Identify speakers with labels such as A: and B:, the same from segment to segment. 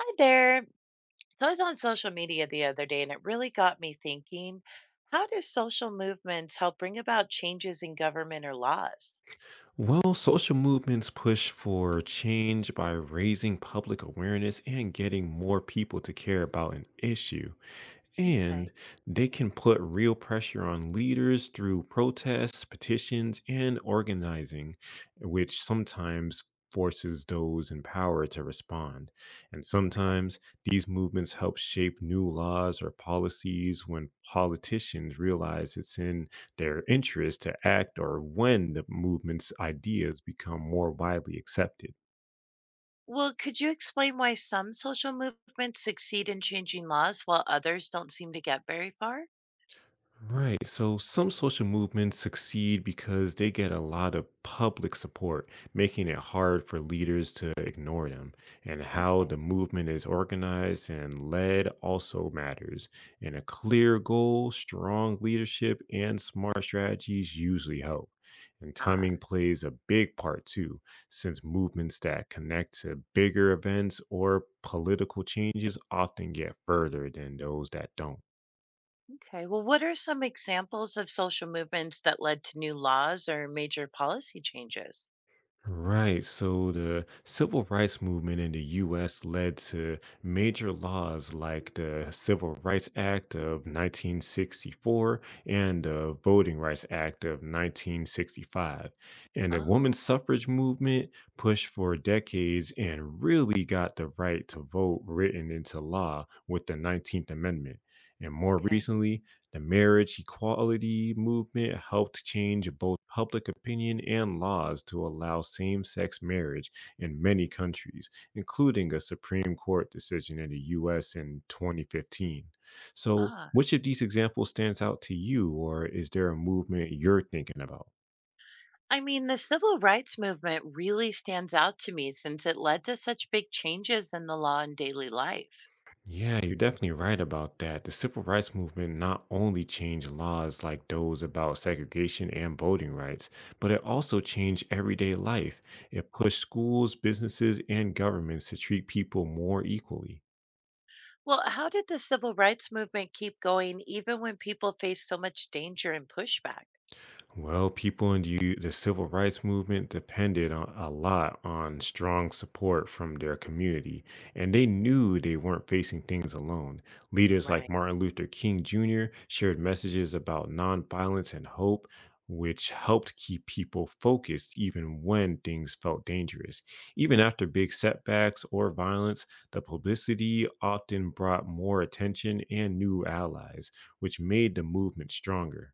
A: Hi there. So I was on social media the other day and it really got me thinking, how do social movements help bring about changes in government or laws?
B: Well, social movements push for change by raising public awareness and getting more people to care about an issue. And
A: Okay,
B: they can put real pressure on leaders through protests, petitions, and organizing, which sometimes forces those in power to respond. And
A: okay.
B: sometimes these movements help shape new laws or policies when politicians realize it's in their interest to act or when the movement's ideas become more widely accepted.
A: Well, could you explain why some social movements succeed in changing laws while others don't seem to get very far?
B: Right. So some social movements succeed because they get a lot of public support, making it hard for leaders to ignore them. And how
A: Okay.
B: the movement is organized and led also matters. And a clear goal, strong leadership, and smart strategies usually help. And
A: Ah,
B: timing plays a big part too, since movements that connect to bigger events or political changes often get further than those that don't.
A: okay. Well, what are some examples of social movements that led to new laws or major policy changes?
B: Right. So the civil rights movement in the US led to major laws like the Civil Rights Act of 1964 and the Voting Rights Act of 1965. And the
A: Oh,
B: women's suffrage movement pushed for decades and really got the right to vote written into law with the 19th Amendment. And more
A: okay.
B: recently, the marriage equality movement helped change both public opinion and laws to allow same sex marriage in many countries, including a Supreme Court decision in the US in 2015. So,
A: Ah,
B: which of these examples stands out to you, or is there a movement you're thinking about?
A: I mean, the civil rights movement really stands out to me since it led to such big changes in the law and daily life.
B: Yeah, you're definitely right about that. The civil rights movement not only changed laws like those about segregation and voting rights, but it also changed everyday life. It pushed schools, businesses, and governments to treat people more equally.
A: Well, how did the civil rights movement keep going even when people faced so much danger and pushback?
B: Well, people in the civil rights movement depended a lot on strong support from their community, and they knew they weren't facing things alone. Leaders like
A: Right.
B: Martin Luther King Jr. shared messages about nonviolence and hope, which helped keep people focused even when things felt dangerous. Even after big setbacks or violence, the publicity often brought more attention and new allies, which made the movement stronger.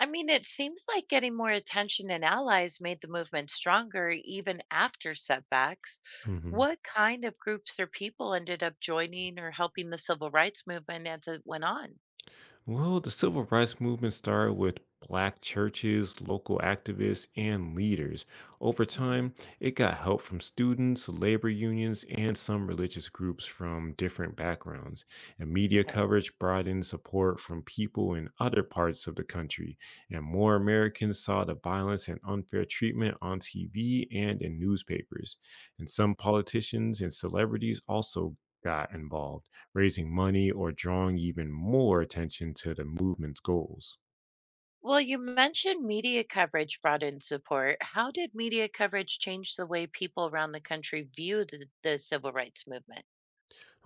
A: I mean, it seems like getting more attention and allies made the movement stronger even after setbacks.
B: Mhm.
A: What kind of groups or people ended up joining or helping the civil rights movement as it went on?
B: Well, the civil rights movement started with black churches, local activists, and leaders. Over
A: Mhm.
B: time, it got help from students, labor unions, and some religious groups from different backgrounds. And media
A: Okay.
B: coverage brought in support from people in other parts of the country. And more Americans saw the violence and unfair treatment on TV and in newspapers. And some politicians and celebrities also got involved raising money or drawing even more attention to the movement's goals.
A: Well, you mentioned media coverage brought in support. How did media coverage change the way people around the country viewed the civil rights movement?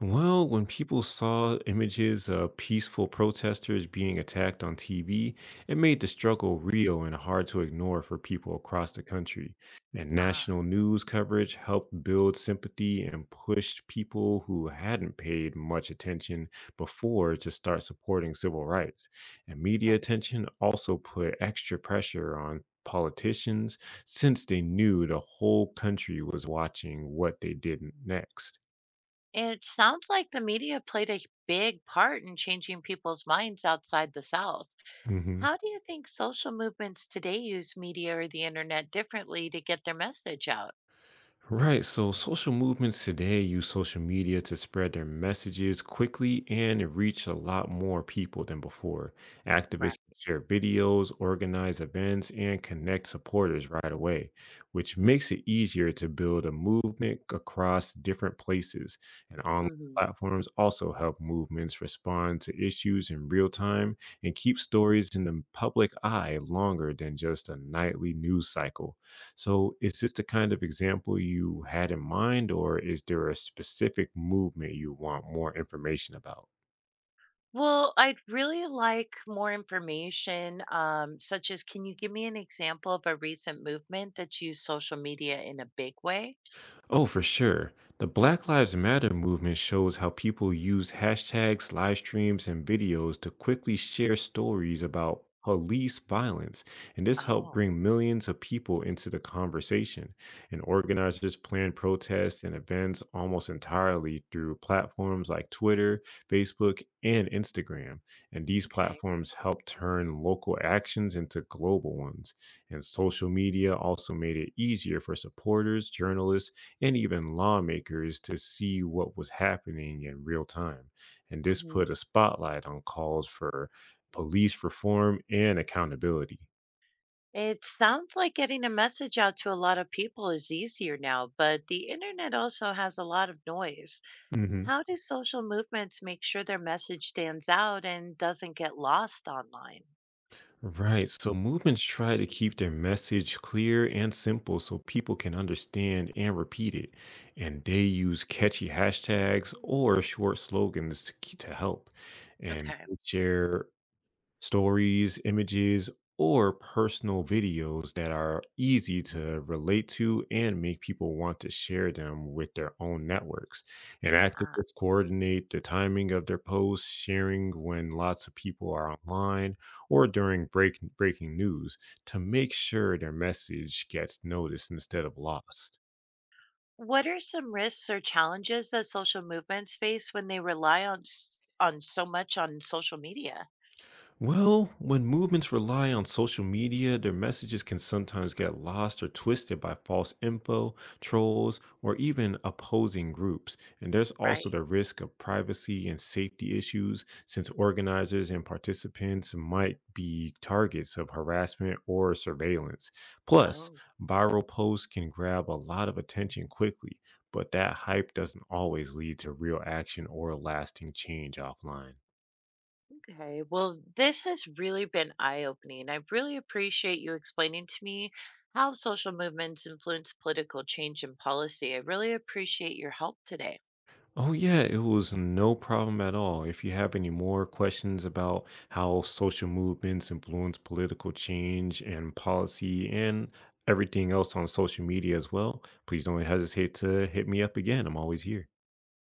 B: Well, when people saw images of peaceful protesters being attacked on TV, it made the struggle real and hard to ignore for people across the country. And
A: Ah,
B: national news coverage helped build sympathy and pushed people who hadn't paid much attention before to start supporting civil rights. And media
A: okay.
B: attention also put extra pressure on politicians since they knew the whole country was watching what they did next.
A: It sounds like the media played a big part in changing people's minds outside the South.
B: Mhm.
A: How do you think social movements today use media or the internet differently to get their message out?
B: Right. So social movements today use social media to spread their messages quickly and reach a lot more people than before. Activists
A: Right.
B: share videos, organize events, and connect supporters right away, which makes it easier to build a movement across different places. And online
A: Mhm.
B: platforms also help movements respond to issues in real time and keep stories in the public eye longer than just a nightly news cycle. So, is this the kind of example you had in mind, or is there a specific movement you want more information about?
A: Well, I'd really like more information, such as can you give me an example of a recent movement that used social media in a big way?
B: Oh, for sure. The Black Lives Matter movement shows how people use hashtags, live streams, and videos to quickly share stories about police violence. And this helped
A: Oh,
B: bring millions of people into the conversation. And organizers plan protests and events almost entirely through platforms like Twitter, Facebook, and Instagram. And these
A: okay.
B: platforms help turn local actions into global ones. And social media also made it easier for supporters, journalists, and even lawmakers to see what was happening in real time. And this
A: Hmm.
B: put a spotlight on calls for police reform and accountability.
A: It sounds like getting a message out to a lot of people is easier now, but the internet also has a lot of noise.
B: Hmm.
A: How do social movements make sure their message stands out and doesn't get lost online?
B: Right. So movements try to keep their message clear and simple so people can understand and repeat it. And they use catchy hashtags or short slogans to help. And
A: Okay.
B: they share stories, images, or personal videos that are easy to relate to and make people want to share them with their own networks. And activists coordinate the timing of their posts, sharing when lots of people are online or during breaking news to make sure their message gets noticed instead of lost.
A: What are some risks or challenges that social movements face when they rely on on so much on social media?
B: Well, when movements rely on social media, their messages can sometimes get lost or twisted by false info, trolls, or even opposing groups. And there's
A: Right.
B: also the risk of privacy and safety issues, since organizers and participants might be targets of harassment or surveillance. Plus,
A: Oh,
B: viral posts can grab a lot of attention quickly, but that hype doesn't always lead to real action or lasting change offline.
A: okay. Well, this has really been eye-opening. I really appreciate you explaining to me how social movements influence political change and policy. I really appreciate your help today.
B: Oh, yeah, it was no problem at all. If you have any more questions about how social movements influence political change and policy and everything else on social media as well, please don't hesitate to hit me up again. I'm always here.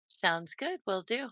A: Sounds good. Will do.